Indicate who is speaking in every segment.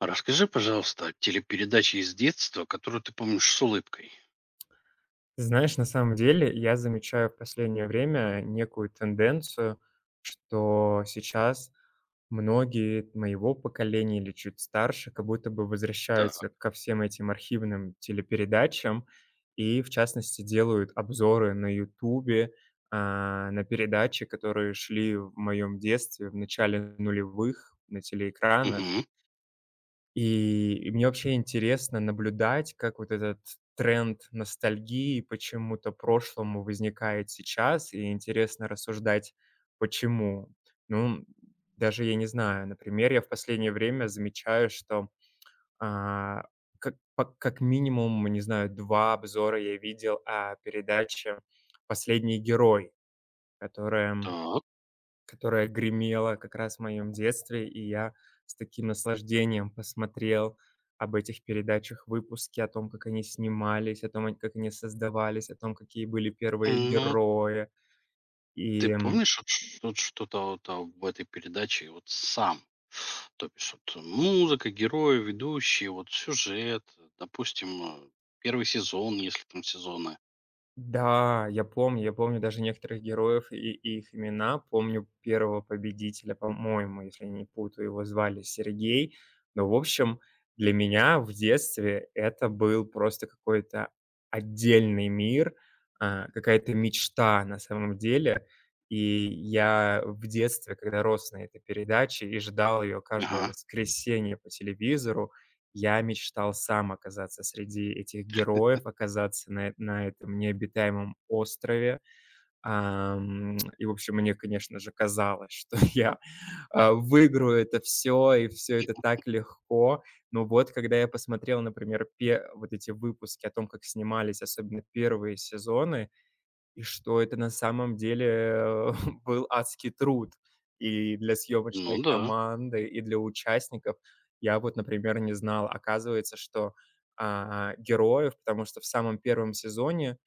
Speaker 1: А расскажи, пожалуйста, о телепередаче из детства, которую ты помнишь с улыбкой.
Speaker 2: Ты знаешь, на самом деле я замечаю в последнее время некую тенденцию, что сейчас многие моего поколения или чуть старше как будто бы
Speaker 1: Так,
Speaker 2: возвращаются ко всем этим архивным телепередачам и, в частности, делают обзоры на "Ютубе", на передачи, которые шли в моем детстве в начале нулевых на телеэкранах.
Speaker 1: мгм,
Speaker 2: И мне вообще интересно наблюдать, как вот этот тренд ностальгии почему-то прошлому возникает сейчас, и интересно рассуждать, почему. Ну, даже я не знаю, например, я в последнее время замечаю, что, а, как минимум, не знаю, 2 обзора я видел о передаче "Последний герой", которая
Speaker 1: так.
Speaker 2: которая гремела как раз в моем детстве, и я с таким наслаждением посмотрел об этих передачах выпуски, о том, как они снимались, о том, как они создавались, о том, какие были первые
Speaker 1: Ну,
Speaker 2: герои.
Speaker 1: ты
Speaker 2: И
Speaker 1: помнишь вот вот что-то вот в этой передаче вот сам? То бишь вот музыка, герои, ведущие, вот сюжет, допустим, первый сезон, если там сезоны.
Speaker 2: Да, я помню даже некоторых героев и, их имена. Помню первого победителя, по-моему, если не путаю, его звали Сергей. Но, в общем, для меня в детстве это был просто какой-то отдельный мир, какая-то мечта на самом деле. И я в детстве, когда рос на этой передаче и ждал ее каждое
Speaker 1: Ага,
Speaker 2: воскресенье по телевизору, я мечтал сам оказаться среди этих героев, оказаться на этом необитаемом острове. И, в общем, мне, конечно же, казалось, что выиграю это все и все это так легко. Но вот когда я посмотрел, например, пе вот эти выпуски о том, как снимались, особенно первые сезоны, и что это на самом деле, был адский труд и для
Speaker 1: ну
Speaker 2: съемочной
Speaker 1: да,
Speaker 2: команды, и для участников. Я вот, например, не знал. Оказывается, что, а, героев, потому что в самом первом сезоне,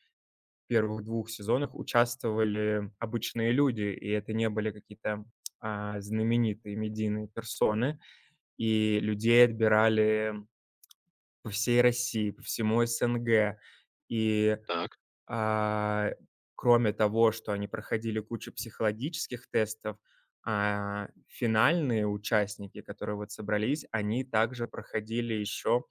Speaker 2: первых двух сезонах участвовали обычные люди, и это не были какие-то, знаменитые медийные персоны, и людей отбирали по всей России, по всему СНГ. И
Speaker 1: так,
Speaker 2: а, Кроме того, что они проходили кучу психологических тестов, финальные участники, которые вот собрались, они также проходили еще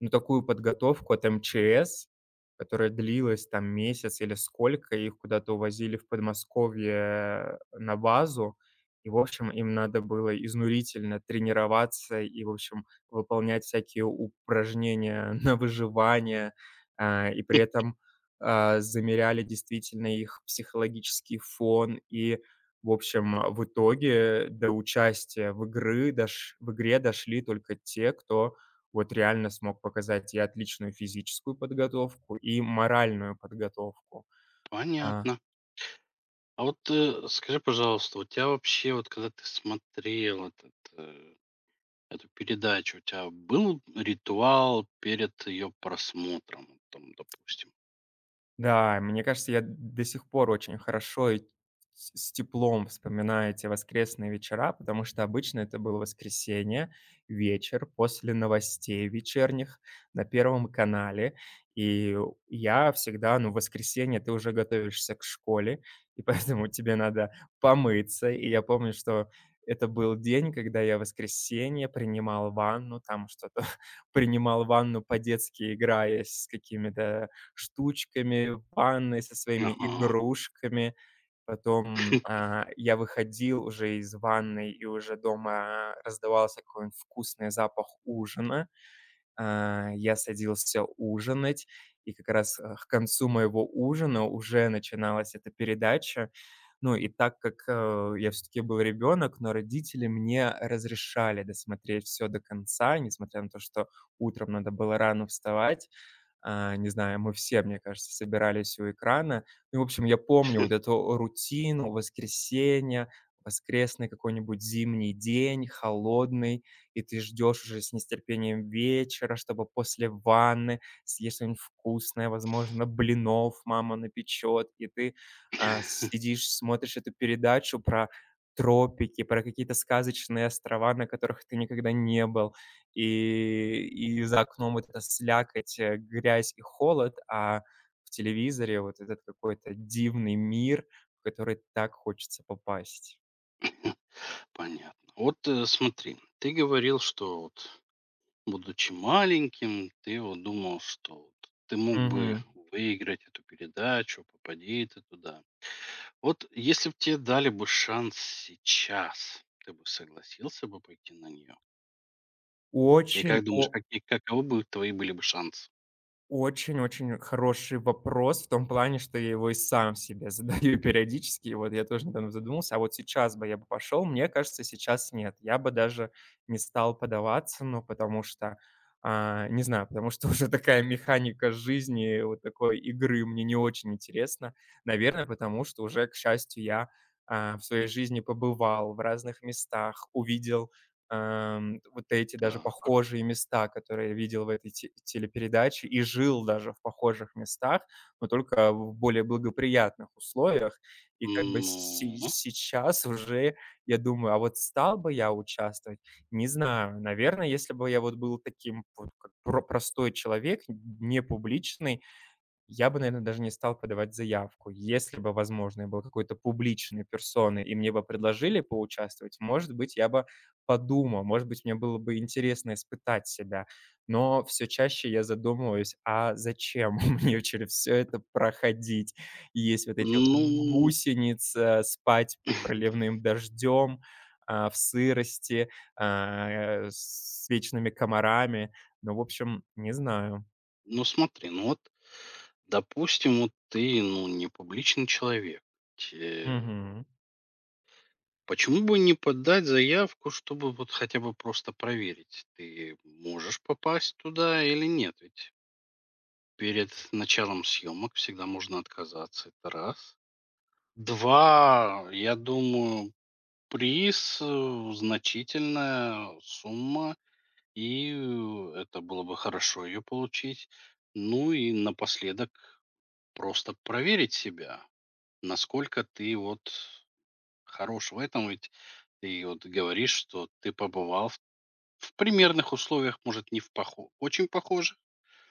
Speaker 2: ну, такую подготовку от МЧС, которая длилась там месяц или сколько, их куда-то увозили в Подмосковье на базу. И, в общем, им надо было изнурительно тренироваться и, в общем, выполнять всякие упражнения на выживание, и при этом, замеряли действительно их психологический фон. И, в общем, в итоге до участия в игры дош в игре дошли только те, кто вот реально смог показать и отличную физическую подготовку, и моральную подготовку. А
Speaker 1: понятно. А вот скажи, пожалуйста, у тебя вообще вот когда ты смотрел эту передачу, у тебя был ритуал перед ее просмотром, вот там, допустим?
Speaker 2: Да, мне кажется, я до сих пор очень хорошо и с теплом вспоминаю эти воскресные вечера, потому что обычно это было воскресенье, вечер после новостей вечерних на Первом канале. И я всегда, ну, в воскресенье ты уже готовишься к школе, и поэтому тебе надо помыться. И я помню, что это был день, когда я в воскресенье принимал ванну, там что-то принимал ванну по-детски, играя с какими-то штучками, ванной со своими
Speaker 1: Ага.
Speaker 2: игрушками. Потом, я выходил уже из ванной, и уже дома раздавался какой-нибудь вкусный запах ужина. Я садился ужинать, и как раз, к концу моего ужина уже начиналась эта передача. Ну, и так как, я все таки был ребенок, но родители мне разрешали досмотреть все до конца, несмотря на то, что утром надо было рано вставать. Не знаю, мы все, мне кажется, собирались у экрана. Ну, в общем, я помню вот эту рутину воскресенья, воскресный какой-нибудь зимний день, холодный, и ты ждешь уже с нестерпением вечера, чтобы после ванны съесть что-нибудь вкусное, возможно, блинов мама напечет, и ты, сидишь, смотришь эту передачу про тропики, про какие-то сказочные острова, на которых ты никогда не был. И за окном вот эта слякоть, грязь и холод, а в телевизоре вот этот какой-то дивный мир, в который так хочется попасть.
Speaker 1: Понятно. Вот, смотри, ты говорил, что вот, будучи маленьким, ты вот думал, что вот ты мог бы
Speaker 2: Мгм.
Speaker 1: выиграть эту передачу, попади ты туда. Вот если бы тебе дали бы шанс сейчас, ты бы согласился бы пойти на нее? И
Speaker 2: Очень
Speaker 1: как думаешь,
Speaker 2: о
Speaker 1: какие каковы бы твои были бы шансы?
Speaker 2: Очень-очень хороший вопрос в том плане, что я его и сам себе задаю периодически. И вот я тоже недавно задумался, а вот сейчас бы я бы пошел? Мне кажется, сейчас нет. Я бы даже не стал подаваться, ну, потому что, не знаю, потому что уже такая механика жизни, вот такой игры мне не очень интересна. Наверное, потому что уже, к счастью, в своей жизни побывал в разных местах, увидел. Ам, вот эти даже
Speaker 1: Так.
Speaker 2: похожие места, которые я видел в этой те телепередаче и жил даже в похожих местах, но только в более благоприятных условиях. И как бы се
Speaker 1: Ну.
Speaker 2: сейчас уже я думаю, а вот стал бы я участвовать? Не знаю. Наверное, если бы я вот был таким вот как про простой человек, непубличный, я бы, наверное, даже не стал подавать заявку. Если бы, возможно, я был какой-то публичной персоной и мне бы предложили поучаствовать, может быть, я бы подумал, может быть, мне было бы интересно испытать себя. Но все чаще я задумываюсь: а зачем мне через все это проходить? Есть вот этих
Speaker 1: Ну,
Speaker 2: гусениц, спать под проливным дождем, в сырости, с вечными комарами. Ну, в общем, не знаю.
Speaker 1: ну смотри, ну вот, допустим, вот ты, ну, не публичный человек. Те-
Speaker 2: Мгм.
Speaker 1: Почему бы не подать заявку, чтобы вот хотя бы просто проверить, ты можешь попасть туда или нет? Ведь перед началом съемок всегда можно отказаться, это раз. Два, я думаю, приз, значительная сумма, и это было бы хорошо ее получить. Ну и напоследок просто проверить себя, насколько ты вот хорош в этом. Ведь ты вот говоришь, что ты побывал в примерных условиях, может, не в очень похожих,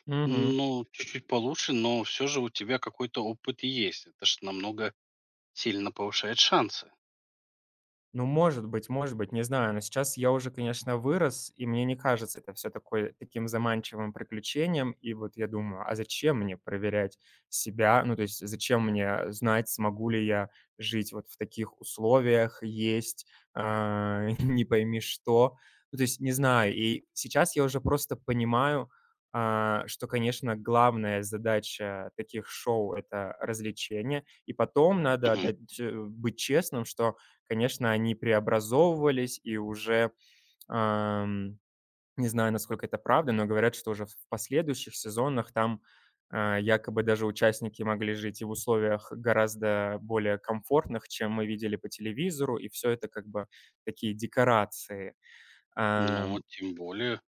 Speaker 2: Мгм.
Speaker 1: ну, чуть-чуть получше, но все же у тебя какой-то опыт есть. Это же намного сильно повышает шансы.
Speaker 2: Ну, может быть, не знаю, но сейчас я уже, конечно, вырос, и мне не кажется это все такое таким заманчивым приключением. И вот я думаю, а зачем мне проверять себя? Ну, то есть зачем мне знать, смогу ли я жить вот в таких условиях, есть, не пойми что? Ну, то есть не знаю. И сейчас я уже просто понимаю, что, конечно, главная задача таких шоу — это развлечение. И потом надо
Speaker 1: Мгм.
Speaker 2: отдать, быть честным, что конечно, они преобразовывались и уже, ам, не знаю, насколько это правда, но говорят, что уже в последующих сезонах там, якобы даже участники могли жить и в условиях гораздо более комфортных, чем мы видели по телевизору, и все это как бы такие декорации.
Speaker 1: Ну, тем более.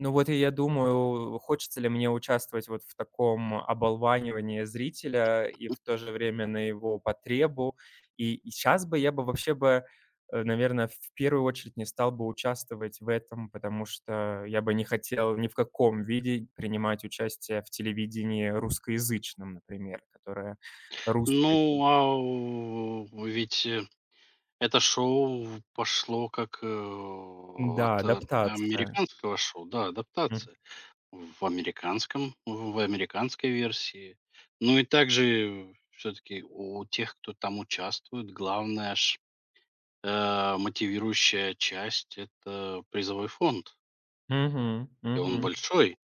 Speaker 2: Ну вот и я думаю, хочется ли мне участвовать вот в таком оболванивании зрителя и в то же время на его потребу. И сейчас бы я бы вообще бы, э, наверное, в первую очередь не стал бы участвовать в этом, потому что я бы не хотел ни в каком виде принимать участие в телевидении русскоязычном, например, которое русское.
Speaker 1: Ну, а ведь это шоу пошло как, от,
Speaker 2: Да, адаптация.
Speaker 1: американского шоу, да,
Speaker 2: М.
Speaker 1: адаптация. В американской версии. Ну и также все таки у тех, кто там участвует, главная мотивирующая часть — это призовой фонд,
Speaker 2: Мгм,
Speaker 1: и он
Speaker 2: мгм.
Speaker 1: большой.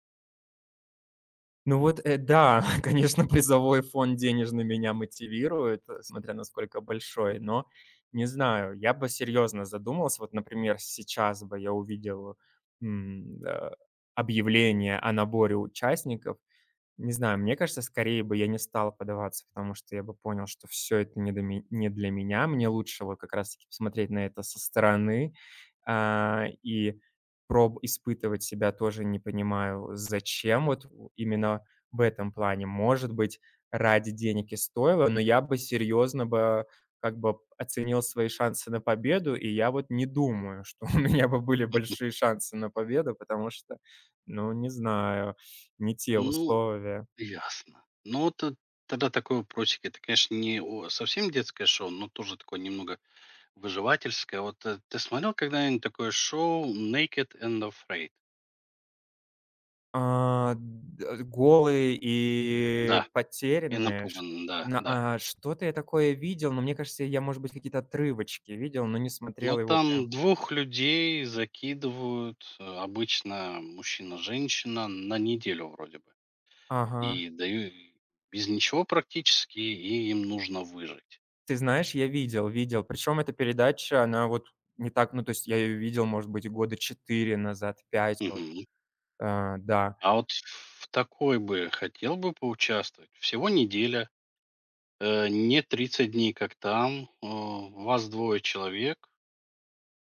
Speaker 2: Ну вот, да, конечно, призовой фонд денежный меня мотивирует, смотря насколько большой, но не знаю, я бы серьезно задумался. Вот, например, сейчас бы я увидел м, э, объявление о наборе участников, не знаю, мне кажется, скорее бы я не стал поддаваться, потому что я бы понял, что все это не до ме не для меня. Мне лучше вот как раз-таки посмотреть на это со стороны, и проб испытывать себя тоже не понимаю, зачем вот в именно в этом плане. Может быть, ради денег и стоило, но я бы серьезно бы как бы оценил свои шансы на победу, и я вот не думаю, что у меня бы были большие шансы на победу, потому что, ну, не знаю, не те
Speaker 1: Ну,
Speaker 2: условия.
Speaker 1: ясно. Ну, вот, тогда такой вопросик. Это, конечно, не о совсем детское шоу, но тоже такое немного выживательское. Вот ты смотрел когда-нибудь такое шоу Naked and Afraid?
Speaker 2: А, д Голые
Speaker 1: Да,
Speaker 2: и
Speaker 1: и
Speaker 2: потерянные.
Speaker 1: напуган, да, да.
Speaker 2: Что-то я такое видел, но мне кажется, я, может быть, какие-то отрывочки видел, но не
Speaker 1: Но
Speaker 2: смотрел его прям.
Speaker 1: там двух людей закидывают, обычно мужчина-женщина, на неделю вроде бы.
Speaker 2: Ага.
Speaker 1: И даю без ничего практически, и им нужно выжить.
Speaker 2: Ты знаешь, я видел, видел. Причем эта передача, она вот не так ну, то есть я ее видел, может быть, года 4 назад, пять. Вот.
Speaker 1: Мгм.
Speaker 2: Да.
Speaker 1: А вот в такой бы хотел бы поучаствовать. Всего неделя, не 30 дней, как там. Вас двое человек,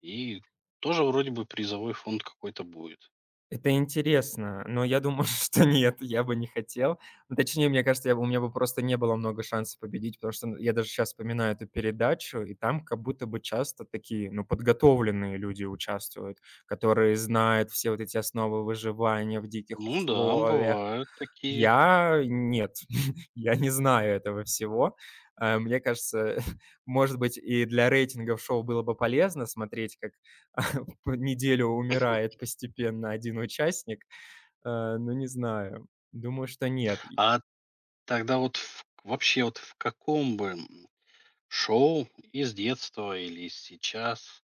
Speaker 1: и тоже вроде бы призовой фонд какой-то будет.
Speaker 2: Это интересно, но я думаю, что нет, я бы не хотел. Ну, точнее, мне кажется, я бы у меня бы просто не было много шансов победить, потому что, ну, я даже сейчас вспоминаю эту передачу, и там как будто бы часто такие, ну, подготовленные люди участвуют, которые знают все вот эти основы выживания в диких
Speaker 1: Ну да,
Speaker 2: условиях.
Speaker 1: бывают такие.
Speaker 2: Я нет, я не знаю этого всего. Мне кажется, может быть, и для рейтингов шоу было бы полезно смотреть, как по неделю умирает постепенно один участник, э, но не знаю. Думаю, что нет.
Speaker 1: А тогда вот в вообще вот в каком бы, шоу из детства или сейчас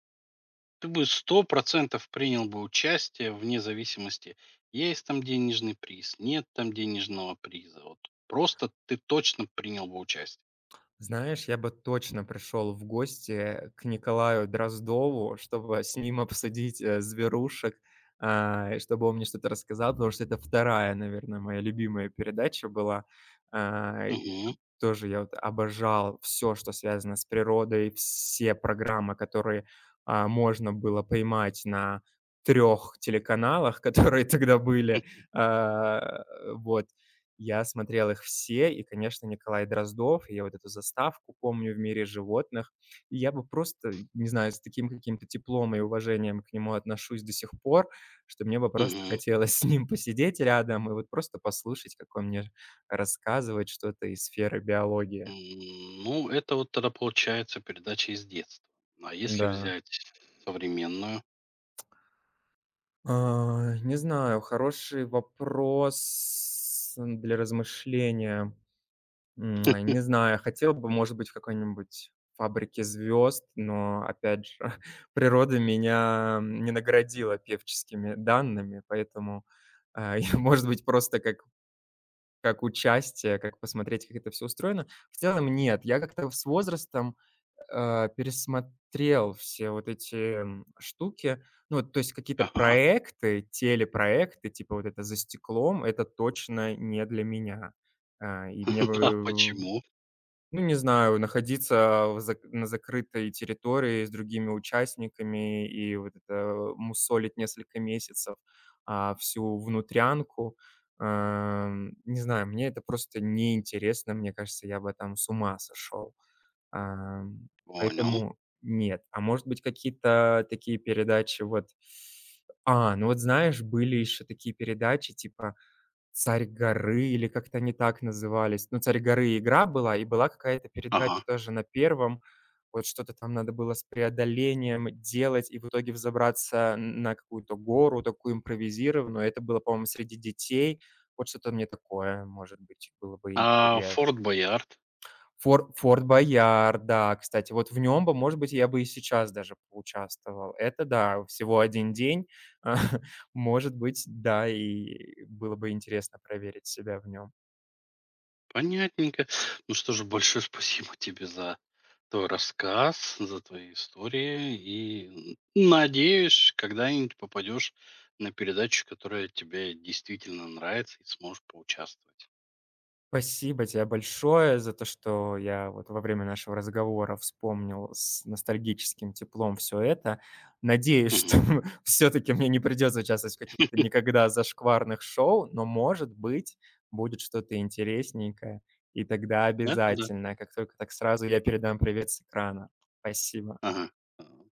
Speaker 1: ты бы 100% принял бы участие вне зависимости, есть там денежный приз, нет там денежного приза? Вот просто ты точно принял бы участие?
Speaker 2: Знаешь, я бы точно пришел в гости к Николаю Дроздову, чтобы с ним обсудить, "Зверушек", и чтобы он мне что-то рассказал, потому что это вторая, наверное, моя любимая передача была. И
Speaker 1: Мгм.
Speaker 2: тоже я вот обожал все, что связано с природой, все программы, которые, можно было поймать на трех телеканалах, которые тогда были. А, вот. Я смотрел их все, и, конечно, Николай Дроздов, и я вот эту заставку помню в "Мире животных". И я бы просто, не знаю, с таким каким-то теплом и уважением к нему отношусь до сих пор, что мне бы
Speaker 1: М,
Speaker 2: просто
Speaker 1: мгм.
Speaker 2: хотелось с ним посидеть рядом и вот просто послушать, как он мне рассказывает что-то из сферы биологии.
Speaker 1: Ну, это вот тогда получается передача из детства. А если
Speaker 2: Да.
Speaker 1: взять современную?
Speaker 2: Не знаю, хороший вопрос, для размышления. Не знаю, хотел бы, может быть, в какой-нибудь "Фабрике звезд", но, опять же, природа меня не наградила певческими данными, поэтому, я, может быть, просто как участие, как посмотреть, как это все устроено. В целом нет, я как-то с возрастом, пересмотрел все вот эти, штуки. Ну, то есть какие-то
Speaker 1: Ага.
Speaker 2: проекты, телепроекты, типа вот это "За стеклом" — это точно не для меня. А, и мне
Speaker 1: А
Speaker 2: бы
Speaker 1: почему?
Speaker 2: Ну, не знаю, находиться в зак на закрытой территории с другими участниками и вот это мусолить несколько месяцев, всю внутрянку. Не знаю, мне это просто неинтересно. Мне кажется, я бы там с ума сошел. Ам,
Speaker 1: Понял.
Speaker 2: Поэтому нет. А может быть, какие-то такие передачи вот Ну вот знаешь, были еще такие передачи типа Царь горы или как-то они так назывались. Ну, "Царь горы" игра была, и была какая-то передача
Speaker 1: Ага.
Speaker 2: тоже на Первом. Вот что-то там надо было с преодолением делать и в итоге взобраться н на какую-то гору, такую импровизированную. Это было, по-моему, среди детей. Вот что-то мне такое, может быть, было бы
Speaker 1: А
Speaker 2: интересно.
Speaker 1: Форт Боярд?
Speaker 2: Форт Боярд, да, кстати, вот в нём бы, может быть, я бы и сейчас даже поучаствовал. Это да, всего один день. Может быть, да, и было бы интересно проверить себя в нём.
Speaker 1: Понятненько. Ну что же, большое спасибо тебе за твой рассказ, за твои истории. И надеюсь, когда-нибудь попадешь на передачу, которая тебе действительно нравится, и сможешь поучаствовать.
Speaker 2: Спасибо тебе большое за то, что я вот во время нашего разговора вспомнил с ностальгическим теплом все это. Надеюсь,
Speaker 1: Мгм.
Speaker 2: что все-таки мне не придется участвовать в каких-то никогда зашкварных шоу, но, может быть, будет что-то интересненькое. И тогда
Speaker 1: Да, да.
Speaker 2: обязательно, как только так сразу я передам привет с экрана. Спасибо.
Speaker 1: Ага.